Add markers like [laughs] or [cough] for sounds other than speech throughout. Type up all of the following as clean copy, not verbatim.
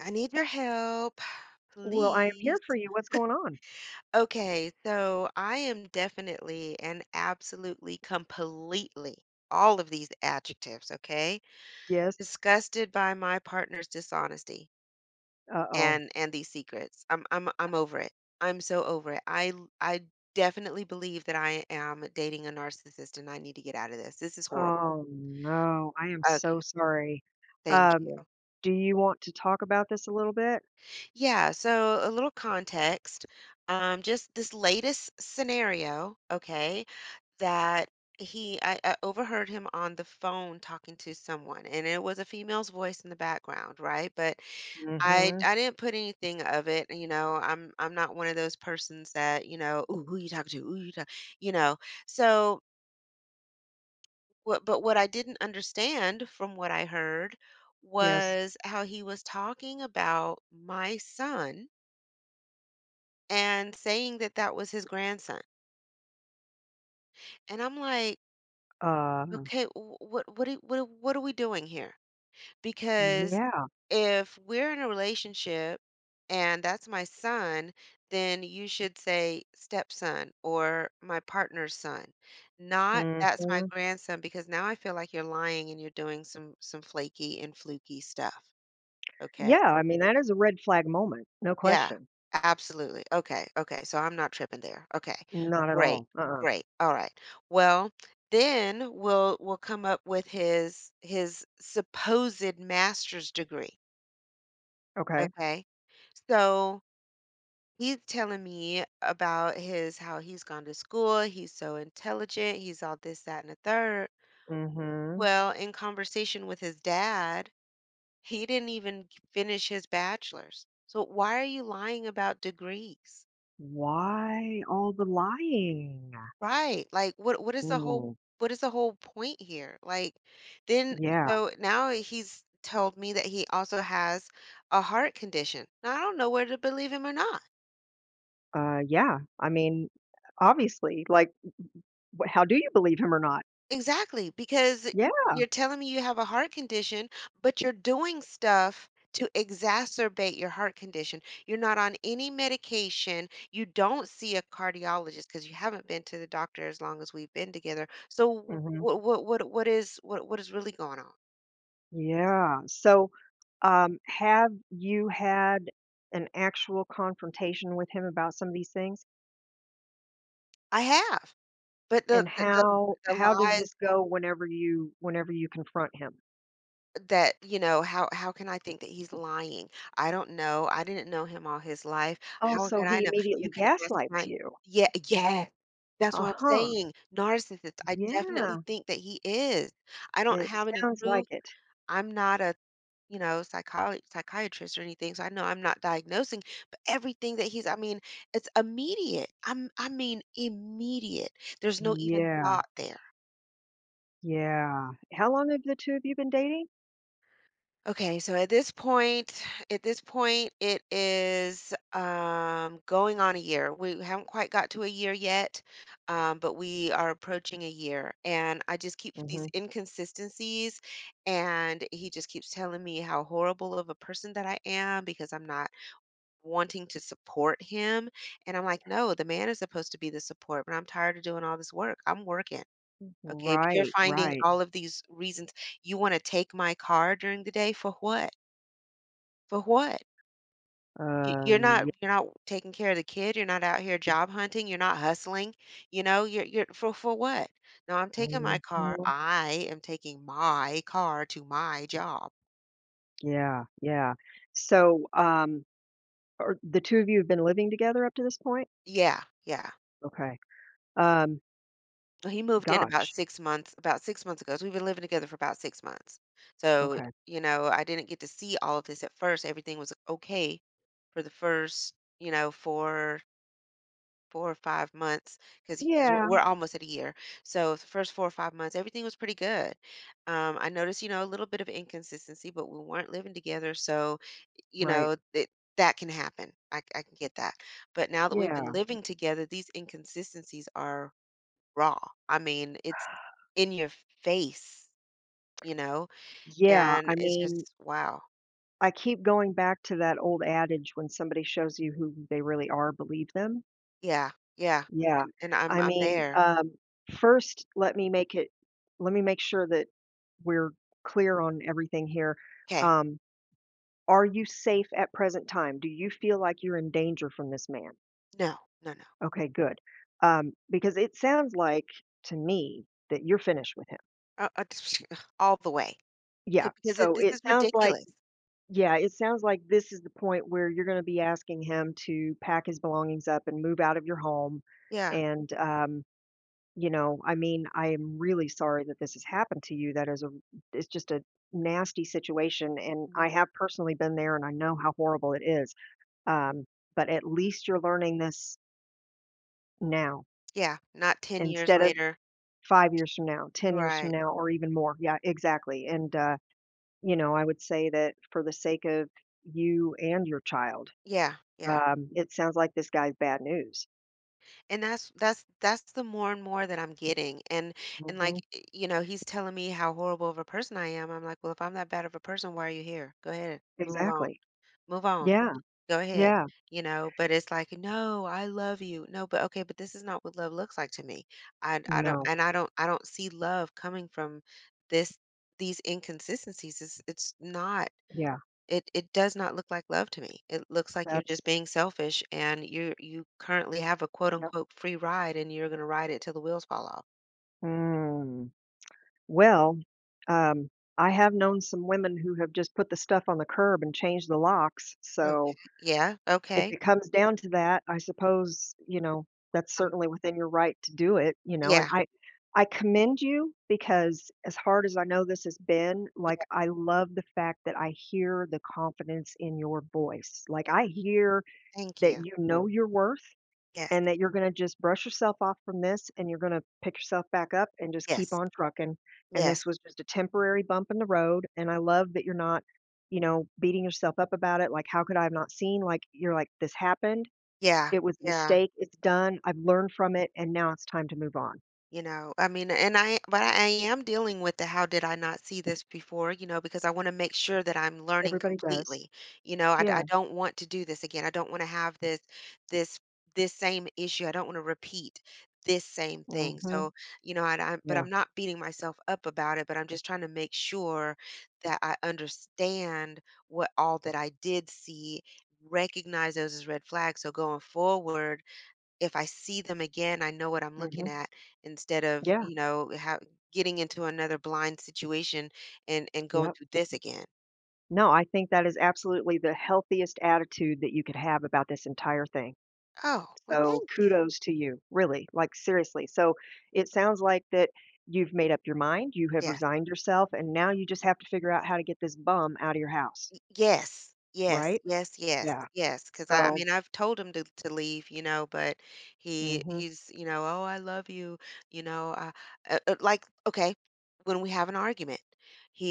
I need your help, Well, I am here please. for you. What's going on? Okay, so I am definitely and absolutely, completely, all of these adjectives, okay? Yes. Disgusted by my partner's dishonesty Uh-oh. and these secrets. I'm over it. I'm so over it. I definitely believe that I am dating a narcissist and I need to get out of this. This is Oh, horrible. oh no. I am so Okay, sorry. thank Um, you. do you want to talk about this a little bit? Yeah, so a little context. Just this latest scenario, okay? that he I overheard him on the phone talking to someone, and it was a female's voice in the background, right? But i Mhm. i didn't put anything of it. I'm not one of those persons that, you know, ooh, who you talking to? Ooh, you, talk, you know so what, but what I didn't understand from what I heard Yes. was how he was talking about my son and saying that that was his grandson. And I'm like, Uh, okay, what are we doing here? Because yeah. if we're in a relationship and that's my son, then you should say stepson or my partner's son, not that's my Mhm. grandson, because now I feel like you're lying and you're doing some flaky and fluky stuff. Okay. Yeah, I mean, that is a red flag moment. No Yeah, question. absolutely. Okay. Okay. So I'm not tripping there. Okay. Not at Great. all. Uh-uh. Great. All right. Well, then we'll come up with his supposed master's degree. Okay. Okay. So he's telling me about his how he's gone to school, he's so intelligent, he's all this, that, and a third. Mhm. Well, in conversation with his dad, he didn't even finish his bachelor's. So why are you lying about degrees? Why all the lying? Right. Like, what is the whole, Mm. what is the whole point here? Like then Yeah. so Now he's told me that he also has a heart condition. Now I don't know whether to believe him or not. Yeah. I mean, obviously, like, wh how do you believe him or not? Exactly, because Yeah. you're telling me you have a heart condition, but you're doing stuff to exacerbate your heart condition. You're not on any medication. You don't see a cardiologist because you haven't been to the doctor as long as we've been together. So Mhm. What is really going on? Yeah. So, have you had an actual confrontation with him about some of these things? I have, but And how the how does lies this go whenever you confront him? that, you know, how can I think that he's lying? I don't know. I didn't know him all his life. Oh, How so can I he know? immediately You can ask gaslights my, you. yeah, yeah, that's what I'm Uh-huh. saying. Narcissist. I definitely Yeah. think that he is. I don't It have any sounds like proof. it. I'm not a, you know, psychiatrist or anything, so I know I'm not diagnosing, but everything that he's, I mean, it's immediate. I'm I mean Immediate. There's no even Yeah. thought there. Yeah. How long have the two of you been dating? Okay, so at this point, it is, going on a year. We haven't quite got to a year yet, but we are approaching a year. And I just keep Hmm. these inconsistencies, and he just keeps telling me how horrible of a person that I am because I'm not wanting to support him. And I'm like, no, the man is supposed to be the support, but I'm tired of doing all this work. I'm working. Okay, but you're Right, finding right. all of these reasons. You want to take my car during the day for what? For what? You you're Yeah. not you're not taking care of the kid, you're not out here job hunting, you're not hustling, you know, you're for what? No, Mhm. I am taking my car to my job. Yeah, yeah. So, or the two of you have been living together up to this point? Yeah, yeah. Okay. Um, Well, he moved in about gosh, 6 months, ago, so we've been living together for about 6 months. So, okay. you know, I didn't get to see all of this at first. Everything was okay for the first, you know, 4 or 5 months, because we're Yeah, we're almost at a year. So the first 4 or 5 months, everything was pretty good. I noticed, you know, a little bit of inconsistency, but we weren't living together, so, you right. know, that can happen. I can get that. But now that we've been Yeah, living together, these inconsistencies are raw. I mean, it's in your face, you know. yeah, Yeah. I And it's mean, just, wow. I keep going back to that old adage, "When somebody shows you who they really are, believe them." Yeah, yeah, Yeah, and I I'm mean, there. First, let me make sure that we're clear on everything here. Okay. Um, are you safe at present time? Do you feel like you're in danger from this man? No, no, no. Okay, good. Because it sounds like to me that you're finished with him. Uh, uh, [laughs] all the way. C Yeah. Because it So this it is sounds like, ridiculous. yeah, it sounds like this is the point where you're going to be asking him to pack his belongings up and move out of your home. Yeah. And, I mean, I am really sorry that this has happened to you. It's just a nasty situation. And I Mhm. have personally been there and I know how horrible it is. Um, but at least you're learning this now Yeah, not 10 years instead of later. 5 years from now, 10 years from Right. now, or even more. Yeah, exactly, and, I would say that for the sake of you and your child, Yeah, yeah, it sounds like this guy's bad news. and that's the more and more that I'm getting. And, Mhm, like, eh, you know, he's telling me how horrible of a person I am. I'm like, "Well, if I'm that bad of a person, why are you here? Go ahead, move on, exactly. move on, Yeah, go ahead," yeah. you know, but it's like, "No, I love you." No, but okay, but this is not what love looks like to me. I don't, No, and I don't see love coming from this these inconsistencies. It's not, yeah, It it does not look like love to me. It looks like you're just that's being selfish, and you currently have a quote yep. unquote free ride and you're gonna ride it till the wheels fall off. Mm. Well, um, I have known some women who have just put the stuff on the curb and changed the locks, Okay. so Yeah. if Okay. it comes down to that, I suppose, you know, that's Um, certainly within your right to do it, you know, and yeah. I commend you because as hard as I know this has been, like, Yeah. I love the fact that I hear the confidence in your voice. Like, I hear Thank that you. you know your worth Yes. and that you're gonna just brush yourself off from this, and you're gonna pick yourself back up and just keep Yes. on trucking, and this Yes. was just a temporary bump in the road, and I love that you're not, you know, beating yourself up about it, like, "How could I have not seen?" Like, you're like, "This happened, Yeah. it was a Yeah. mistake, it's done, I've learned from it, and now it's time to move on." You know, I mean, and I but I am dealing with the how did I not see this before, you know, because I want to make sure that I'm learning Everybody does. completely. You know, Yeah. I don't want to do this again. I don't want to have this this same issue. I don't want to repeat this same thing. Mhm. So, you know, I but Yeah. I'm not beating myself up about it, but I'm just trying to make sure that I understand what all that I did see, recognize those as red flags. So going forward, if I see them again, I know what I'm looking Mhm. at instead of, Yeah. you know, how, getting into another blind situation and going Yep. through this again. No, I think that is absolutely the healthiest attitude that you could have about this entire thing. Oh, well, So thank you. kudos to you, really, like, seriously. So it sounds like that you've made up your mind, you have Yeah. resigned yourself, and now you just have to figure out how to get this bum out of your house, Y Yes. Yes, right? yes, yes, Yeah. yes. Cause I So mean, I've told him to leave, you know, but mm mhm, he's, you know, "Oh, I love you," you know. Like, okay, when we have an argument,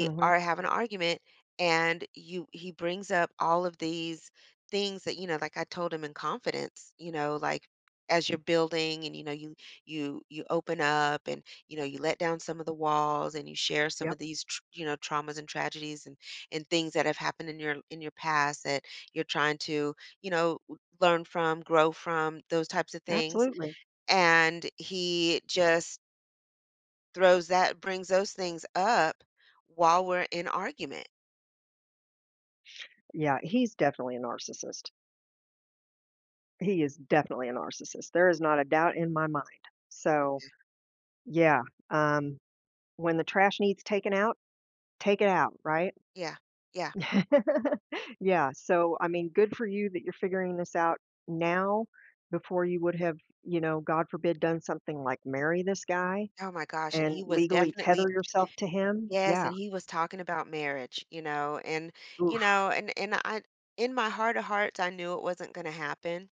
mm mhm. are have an argument and you he brings up all of these things that, you know, like I told him in confidence, you know, like, as you're building and, you know, you open up and, you know, you let down some of the walls and you share some of Yep, these tr you know, traumas and tragedies and things that have happened in your past that you're trying to, you know, learn from, grow from, those types of things. absolutely. And he just throws that brings those things up while we're in argument. Yeah, he's definitely a narcissist. He is definitely a narcissist. There is not a doubt in my mind. So, Okay. yeah, um, when the trash needs taken out, take it out, right? Yeah. Yeah. [laughs] Yeah, so, I mean, good for you that you're figuring this out now before you would have, you know, God forbid, done something like marry this guy Oh my gosh. And and he was legally tether definitely, yourself to him. yes, Yeah. and he was talking about marriage, you know. Oof. And I, in my heart of hearts, I knew it wasn't gonna happen,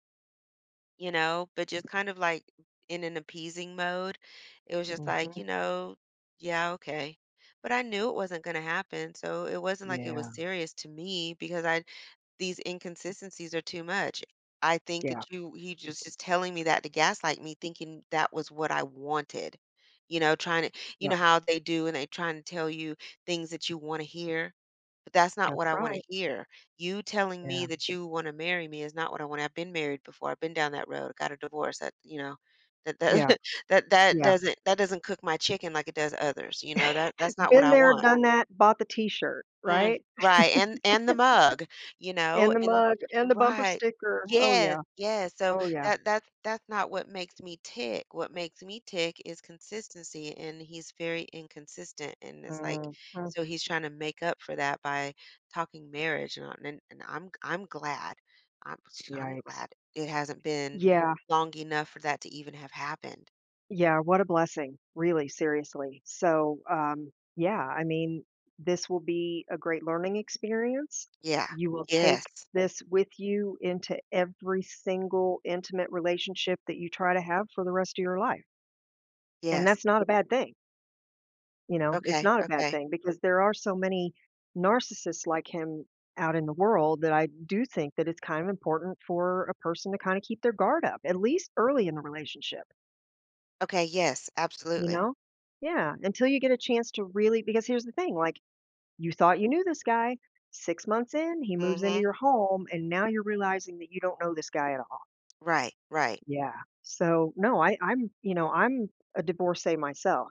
you know, but just kind of like in an appeasing mode. It was just like, Mhm. you know, yeah, okay. But I knew it wasn't going to happen. So it wasn't like it was Yeah, serious to me because I, these inconsistencies are too much. I think yeah, that you he just is telling me that to gaslight me, thinking that was what I wanted. You know, trying to, you yep, know how they do, and they trying to tell you things that you want to hear, but that's not that's what I want to right. hear. You telling Yeah, me that you want to marry me is not what I want. I've been married before. I've been down that road. Got a divorce. That, you know, yeah, that [laughs] that yeah. doesn't, that doesn't cook my chicken like it does others. You know, that that's not what Been I there, want. done that, bought the t-shirt, Mm, right? right, and the mug, you know, And the and mug and the bumper right. sticker. Oh, Yes, yeah. yes, so Oh, yeah. That's not what makes me tick. What makes me tick is consistency, and he's very inconsistent, and it's like, Mhm. so he's trying to make up for that by talking marriage, and I'm glad. I'm I'm Yikes. glad it hasn't been Yeah. long enough for that to even have happened. Yeah, what a blessing, really, seriously. So, yeah, I mean, this will be a great learning experience. Yeah. You will take Yes. this with you into every single intimate relationship that you try to have for the rest of your life. And Yes. that's not a bad thing. You know, it's Okay. not a bad Okay. thing because there are so many narcissists like him out in the world that I do think that it's kind of important for a person to kind of keep their guard up, at least early in the relationship. Okay. Yes. You Absolutely. know? Yeah, until you get a chance to really because here's the thing, like, you thought you knew this guy, 6 months in, he moves into Hmm. your home, and now you're realizing that you don't know this guy at all. Right, right. Yeah. So, no, I I'm you know, I'm a divorcee myself.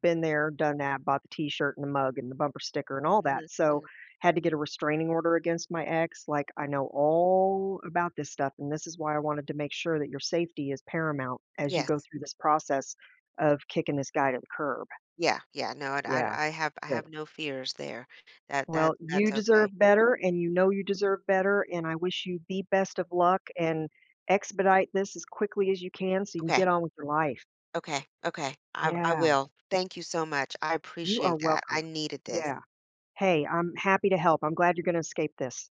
Been there, done that, bought the t-shirt and the mug and the bumper sticker and all that, Mhm, so, mhm. had to get a restraining order against my ex, like, I know all about this stuff, and this is why I wanted to make sure that your safety is paramount as you Yes. go through this process of kicking this guy to the curb. Yeah, yeah, no, Yeah, I good. have no fears there. Well, you That's deserve okay. better, and you know you deserve better, and I wish you the best of luck and expedite this as quickly as you can so you can Okay, get on with your life. okay, okay. I Yeah, will. Thank you so much. I you are appreciate that. welcome. I needed this. Yeah. Hey, I'm happy to help. I'm glad you're gonna escape this.